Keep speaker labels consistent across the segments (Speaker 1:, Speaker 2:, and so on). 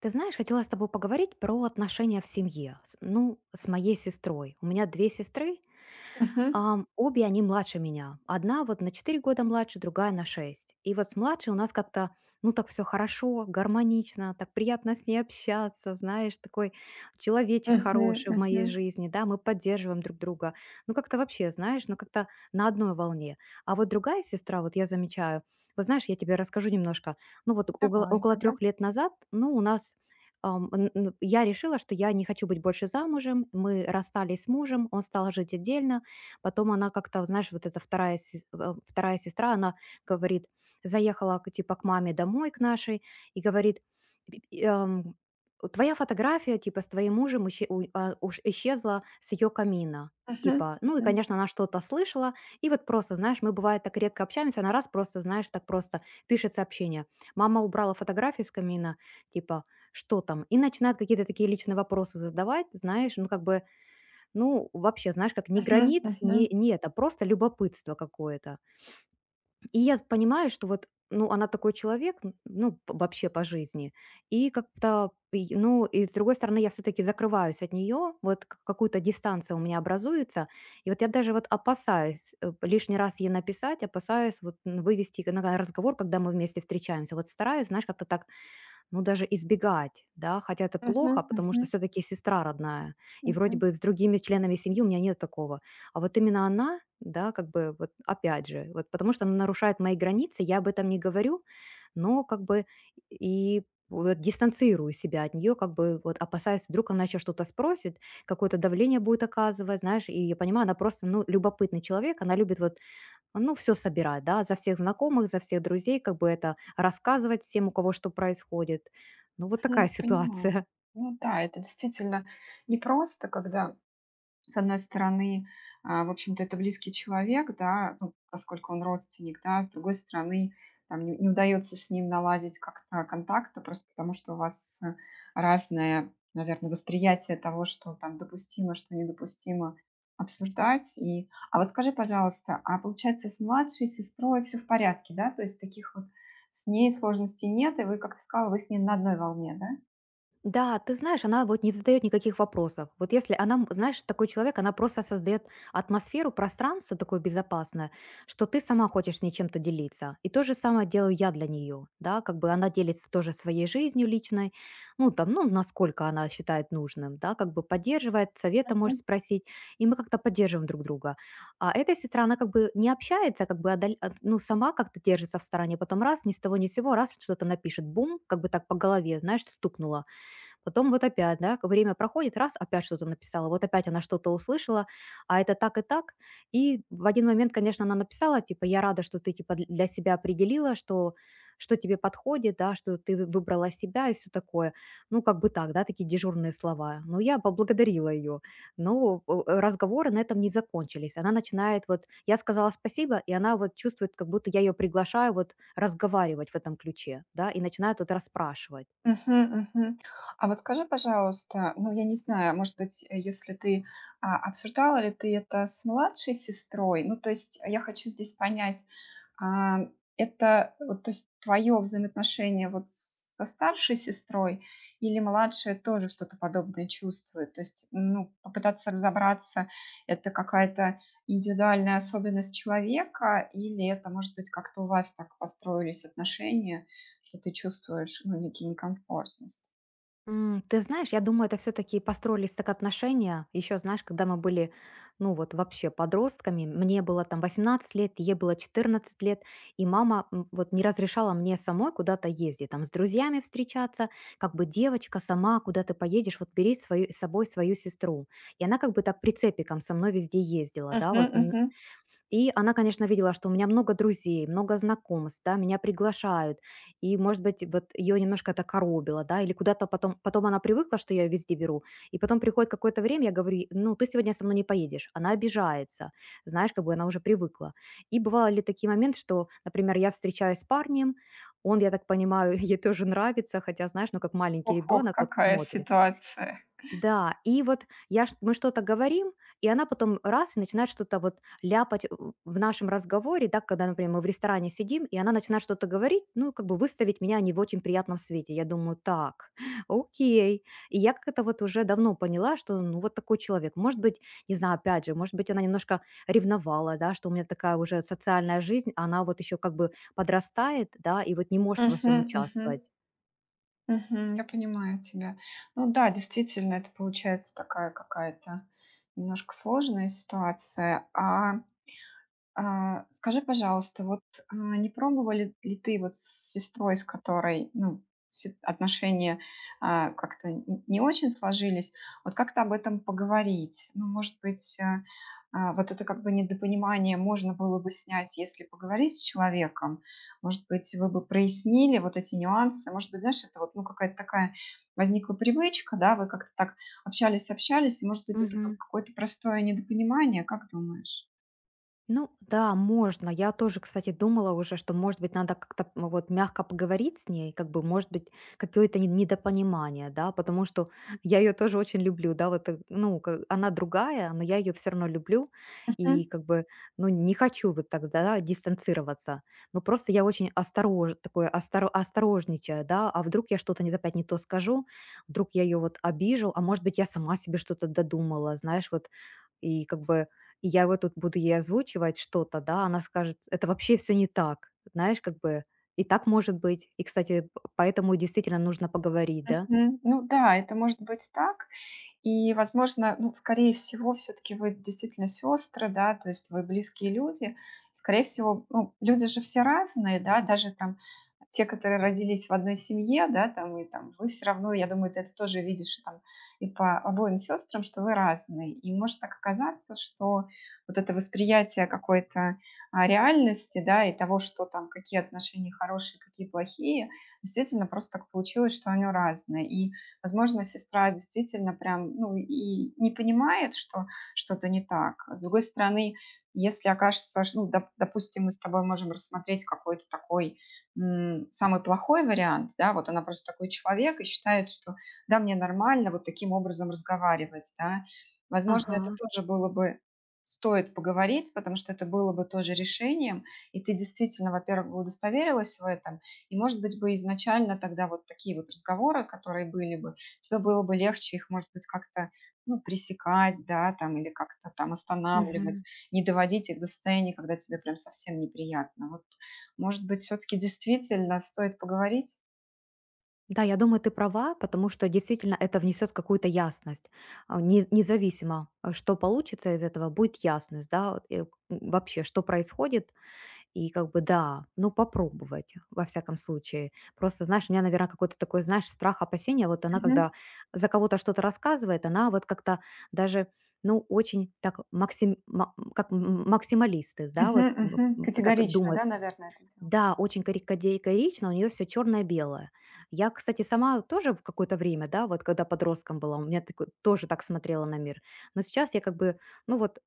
Speaker 1: Ты знаешь, хотела с тобой поговорить про отношения в семье. Ну, с моей сестрой. У меня две сестры.
Speaker 2: Мгм.
Speaker 1: Обе они младше меня. Одна вот на 4 года младше, другая на шесть. И вот с младшей у нас как-то, ну, так все хорошо, гармонично, так приятно с ней общаться, знаешь, такой человечек
Speaker 2: Мгм.
Speaker 1: хороший в
Speaker 2: Мгм.
Speaker 1: моей жизни, да, мы поддерживаем друг друга. Ну, как-то вообще, знаешь, ну, как-то на одной волне. А вот другая сестра, вот я замечаю, вот знаешь, я тебе расскажу немножко. Ну, вот около,
Speaker 2: Давай,
Speaker 1: около
Speaker 2: ага.
Speaker 1: трех лет назад, ну, у нас я решила, что я не хочу быть больше замужем. Мы расстались с мужем, он стал жить отдельно. Потом она как-то, знаешь, вот эта вторая, вторая сестра, она говорит, заехала типа к маме домой, к нашей, и говорит: «Пи- пи- эм, Твоя фотография типа с твоим мужем уж исчезла с ее камина».
Speaker 2: Мгм.
Speaker 1: Типа, ну и,
Speaker 2: Мгм.
Speaker 1: конечно, она что-то слышала, и вот просто, знаешь, мы бывает так редко общаемся, она раз просто, знаешь, так просто пишет сообщение. Мама убрала фотографию с камина, типа, что там? И начинает какие-то такие личные вопросы задавать, знаешь, ну как бы, ну, вообще, знаешь, как ни
Speaker 2: Мгм.
Speaker 1: границ,
Speaker 2: Мгм.
Speaker 1: ни нет, а просто любопытство какое-то. И я понимаю, что вот, ну, она такой человек, вообще по жизни. И как-то, ну, и с другой стороны, я все-таки закрываюсь от нее, вот какую-то дистанцию у меня образуется. И вот я даже вот опасаюсь лишний раз ей написать, опасаюсь вот вывести на разговор, когда мы вместе встречаемся. Вот стараюсь, знаешь, как-то так, ну, даже избегать, да, хотя это
Speaker 2: Мгм.
Speaker 1: плохо, потому что
Speaker 2: Мгм.
Speaker 1: все-таки сестра родная, и вроде
Speaker 2: Мгм.
Speaker 1: бы с другими членами семьи у меня нет такого. А вот именно она, да, как бы вот опять же, вот потому что она нарушает мои границы, я об этом не говорю, но как бы и вот дистанцирую себя от нее, как бы вот опасаясь, вдруг она еще что-то спросит, какое-то давление будет оказывать, знаешь, и я понимаю, она просто, ну, любопытный человек, она любит вот, ну, все собирать, да, за всех знакомых, за всех друзей, как бы это рассказывать всем, у кого что происходит. Ну, вот такая
Speaker 2: М,
Speaker 1: ситуация.
Speaker 2: понимаю. Ну да, это действительно непросто, когда с одной стороны, в общем-то, это близкий человек, да, ну, поскольку он родственник, да, с другой стороны, там не удается с ним наладить как-то контакта, просто потому что у вас разное, наверное, восприятие того, что там допустимо, что недопустимо обсуждать. А вот скажи, пожалуйста, а получается с младшей сестрой все в порядке, да? То есть таких вот с ней сложностей нет, и вы, как ты сказала, вы с ней на одной волне, да?
Speaker 1: Да, ты знаешь, она вот не задает никаких вопросов. Вот если она, знаешь, такой человек, она просто создает атмосферу, пространство такое безопасное, что ты сама хочешь с ней чем-то делиться. И то же самое делаю я для нее, да, как бы она делится тоже своей жизнью личной, ну там, ну насколько она считает нужным, да, как бы поддерживает, совета можешь спросить, и мы как-то поддерживаем друг друга. А эта сестра, она как бы не общается, как бы, ну сама как-то держится в стороне, потом раз, ни с того ни с сего, раз что-то напишет, бум, как бы так по голове, знаешь, стукнула. Потом вот опять, да, время проходит, раз, опять что-то написала, вот опять она что-то услышала, а это так и так. И в один момент, конечно, она написала, типа: «Я рада, что ты, типа, для себя определила, что, что тебе подходит, да, что ты выбрала себя и все такое». Ну, как бы так, да, такие дежурные слова. Но я поблагодарила ее. Но разговоры на этом не закончились. Она начинает вот, я сказала спасибо, и она вот чувствует, как будто я ее приглашаю вот разговаривать в этом ключе, да, и начинает вот расспрашивать.
Speaker 2: Мгм, мгм. А вот скажи, пожалуйста, ну, я не знаю, может быть, если ты, обсуждала ли ты это с младшей сестрой? Ну, то есть я хочу здесь понять, а, это вот, то есть твое взаимоотношение вот с со старшей сестрой или младшая тоже что-то подобное чувствует? То есть, ну, попытаться разобраться, это какая-то индивидуальная особенность человека или это, может быть, как-то у вас так построились отношения, что ты чувствуешь, ну, некий некомфортность.
Speaker 1: Ты знаешь, я думаю, это все таки построились так отношения. Еще знаешь, когда мы были, ну, вот вообще подростками, мне было там 18 лет, ей было 14 лет, и мама, вот не разрешала мне самой куда-то ездить, там, с друзьями встречаться, как бы девочка сама, куда ты поедешь, вот бери свою, с собой свою сестру. И она как бы так прицепиком со мной везде ездила, да,
Speaker 2: Мгм,
Speaker 1: вот
Speaker 2: мгм.
Speaker 1: и она, конечно, видела, что у меня много друзей, много знакомств, да, меня приглашают. И, может быть, вот ее немножко это коробило, да, или куда-то потом, потом она привыкла, что я ее везде беру. И потом приходит какое-то время, я говорю: Ну, ты сегодня со мной не поедешь». Она обижается, знаешь, как бы она уже привыкла. И бывало ли такие моменты, что, например, я встречаюсь с парнем, он, я так понимаю, ей тоже нравится, хотя, знаешь, ну, как маленький
Speaker 2: Ох, ох,
Speaker 1: ребенок вот
Speaker 2: какая
Speaker 1: смотрит.
Speaker 2: ситуация.
Speaker 1: Да, и вот я ш мы что-то говорим, и она потом раз и начинает что-то вот ляпать в нашем разговоре, да, когда, например, мы в ресторане сидим, и она начинает что-то говорить, ну, как бы выставить меня не в очень приятном свете. Я думаю: "Так, окей". И я как это вот уже давно поняла, что, ну, вот такой человек. Может быть, не знаю, опять же, может быть, она немножко ревновала, да, что у меня такая уже социальная жизнь, а она вот еще как бы подрастает, да, и вот не может во
Speaker 2: Мгм,
Speaker 1: всем
Speaker 2: мгм,
Speaker 1: участвовать.
Speaker 2: мгм. Я понимаю тебя. Ну да, действительно, это получается такая какая-то немножко сложная ситуация. А, скажи, пожалуйста, вот, не пробовали ли ты вот с сестрой, с которой, ну, се отношения, как-то н не очень сложились, вот как-то об этом поговорить? Ну, может быть, вот это как бы недопонимание можно было бы снять, если поговорить с человеком. Может быть, вы бы прояснили вот эти нюансы. Может быть, знаешь, это вот, ну, какая-то такая возникла привычка, да, вы как-то так общались-общались, и, может быть, это как какое-то простое недопонимание, как думаешь?
Speaker 1: Ну да, можно. Я тоже, кстати, думала уже, что, может быть, надо как-то вот мягко поговорить с ней, как бы, может быть, какое-то недопонимание, да, потому что я ее тоже очень люблю, да, вот, ну, она другая, но я ее все равно люблю, и как бы, ну, не хочу вот тогда да, дистанцироваться, но просто я очень осторож, такое осторожничаю, да, а вдруг я что-то не, опять не то скажу, вдруг я ее вот обижу, а может быть, я сама себе что-то додумала, знаешь, вот, и как бы и я вот тут буду ей озвучивать что-то, да, она скажет: "Это вообще все не так". Знаешь, как бы и так может быть. И, кстати, п поэтому действительно нужно поговорить, да.
Speaker 2: Мгм. Ну да, это может быть так. И, возможно, ну, скорее всего, все-таки вы действительно сестры, да, то есть вы близкие люди. Скорее всего, ну, люди же все разные, да, даже там те, которые родились в одной семье, да, там и там вы все равно, я думаю, ты это тоже видишь и там и по обоим сестрам, что вы разные. И может так оказаться, что вот это восприятие какой-то реальности, да, и того, что там какие отношения хорошие, какие плохие, действительно просто так получилось, что они разные. Возможно, сестра действительно прям, ну, и не понимает, что что-то не так. С другой стороны, если окажется, ну, допустим, мы с тобой можем рассмотреть какой-то такой самый плохой вариант, да, вот она просто такой человек и считает, что да, мне нормально вот таким образом разговаривать, да. Возможно, это
Speaker 1: Ага,
Speaker 2: тоже было бы стоит поговорить, потому что это было бы тоже решением, и ты действительно, во-первых, бы удостоверилась в этом, и, может быть, бы изначально тогда вот такие вот разговоры, которые были бы, тебе было бы легче их, может быть, как-то, ну, пресекать, да, там, или как-то там останавливать,
Speaker 1: мгм.
Speaker 2: не доводить их до состояния, когда тебе прям совсем неприятно. Вот, может быть, все-таки действительно стоит поговорить?
Speaker 1: Да, я думаю, ты права, потому что действительно это внесет какую-то ясность. Не независимо, что получится из этого, будет ясность, да, вот, вообще, что происходит. И как бы да, ну попробовать, во всяком случае. Просто, знаешь, у меня, наверное, какой-то такой, знаешь, страх, опасения. Вот она,
Speaker 2: Мгм.
Speaker 1: когда за кого-то что-то рассказывает, она вот как-то даже, ну, очень так максим, максималисты, да,
Speaker 2: Мгм.
Speaker 1: вот м,
Speaker 2: Мгм.
Speaker 1: м, так
Speaker 2: Категорично,
Speaker 1: думают,
Speaker 2: да, наверное, это дело?
Speaker 1: да, очень коричневая, у нее все черно белое. Я, кстати, сама тоже в какое-то время, да, вот когда подростком была, у меня такой тоже так смотрела на мир. Но сейчас я как бы, ну вот,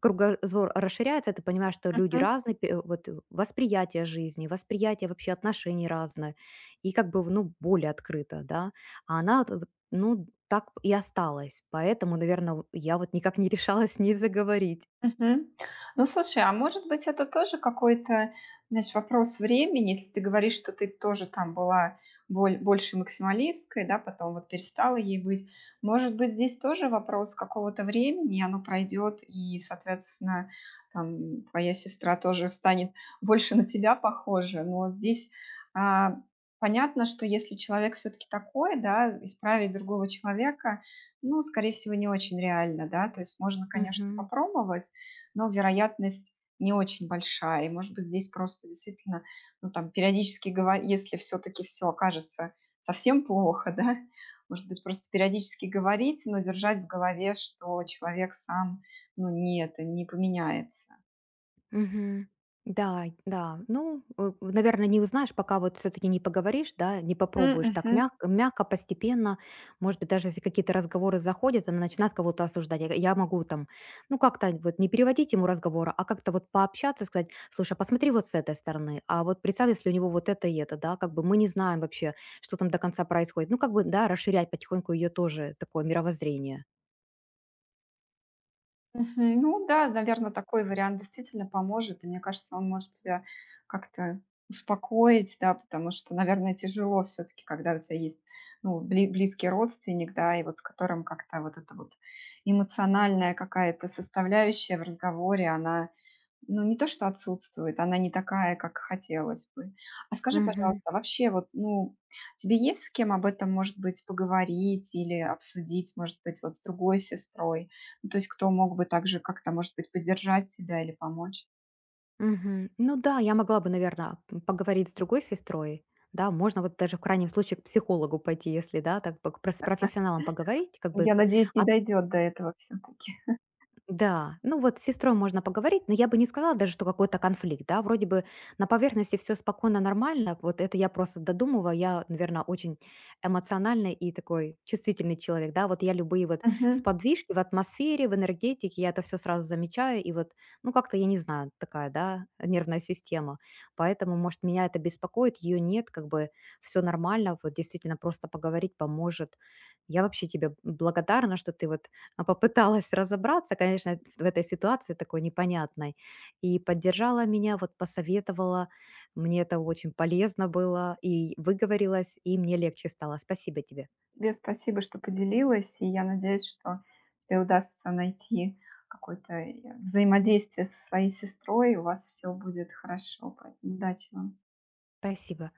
Speaker 1: кругозор расширяется, ты понимаешь, что люди разные, восприятие жизни, восприятие вообще отношений разное, и как бы, ну, более открыто, да. А она вот, ну, так и осталась. Поэтому, наверное, я вот никак не решалась с ней заговорить.
Speaker 2: Мгм. Ну, слушай, а может быть, это тоже какой-то, знаешь, вопрос времени, если ты говоришь, что ты тоже там была больше максималисткой, да, потом вот перестала ей быть. Может быть, здесь тоже вопрос какого-то времени, оно пройдет, и, соответственно, там, твоя сестра тоже станет больше на тебя похожа. Но здесь а, понятно, что если человек все-таки такой, да, исправить другого человека, ну, скорее всего, не очень реально, да, то есть можно, конечно,
Speaker 1: Мгм.
Speaker 2: попробовать, но вероятность не очень большая. И, может быть, здесь просто действительно, ну, там, периодически, если все-таки все окажется совсем плохо, да, может быть, просто периодически говорить, но держать в голове, что человек сам, ну, не это, не поменяется.
Speaker 1: Мгм. Да, да. Ну, наверное, не узнаешь, пока вот все-таки не поговоришь, да, не попробуешь так
Speaker 2: Мгм.
Speaker 1: мягко, мягко, постепенно. Может быть, даже если какие-то разговоры заходят, она начинает кого-то осуждать. Я могу там, ну, как-то вот не переводить ему разговора, а как-то вот пообщаться, сказать, слушай, а посмотри вот с этой стороны, а вот представь, если у него вот это и это, да, как бы мы не знаем вообще, что там до конца происходит. Ну, как бы, да, расширять потихоньку ее тоже такое мировоззрение.
Speaker 2: Мгм. Ну да, наверное, такой вариант действительно поможет. И мне кажется, он может тебя как-то успокоить, да, потому что, наверное, тяжело все таки когда у тебя есть, ну, близкий родственник, да, и вот с которым как-то вот эта вот эмоциональная какая-то составляющая в разговоре, она ну, не то, что отсутствует, она не такая, как хотелось бы. А скажи, пожалуйста, а вообще вот, ну, тебе есть с кем об этом, может быть, поговорить или обсудить, может быть, вот с другой сестрой? Ну, то есть кто мог бы также как-то, может быть, поддержать тебя или помочь?
Speaker 1: Мгм. Ну да, я могла бы, наверное, поговорить с другой сестрой. Да, можно вот даже в крайнем случае к психологу пойти, если, да, так с профессионалом поговорить, как бы
Speaker 2: Я надеюсь, не
Speaker 1: а
Speaker 2: дойдет до этого все-таки.
Speaker 1: да, ну вот с сестрой можно поговорить, но я бы не сказала даже, что какой-то конфликт, да, вроде бы на поверхности все спокойно, нормально, вот это я просто додумываю, я, наверное, очень эмоциональный и такой чувствительный человек, да, вот я любые вот
Speaker 2: Мгм.
Speaker 1: сподвижки в атмосфере, в энергетике, я это все сразу замечаю, и вот, ну как-то, я не знаю, такая, да, нервная система, поэтому, может, меня это беспокоит, ее нет, как бы все нормально, вот действительно просто поговорить поможет. Я вообще тебе благодарна, что ты вот попыталась разобраться, конечно, в этой ситуации такой непонятной, и поддержала меня, вот посоветовала. Мне это очень полезно было, и выговорилась, и мне легче стало. Спасибо тебе.
Speaker 2: Тебе спасибо, что поделилась, и я надеюсь, что тебе удастся найти какое-то взаимодействие со своей сестрой, и у вас все будет хорошо. Поэтому удачи вам.
Speaker 1: Спасибо.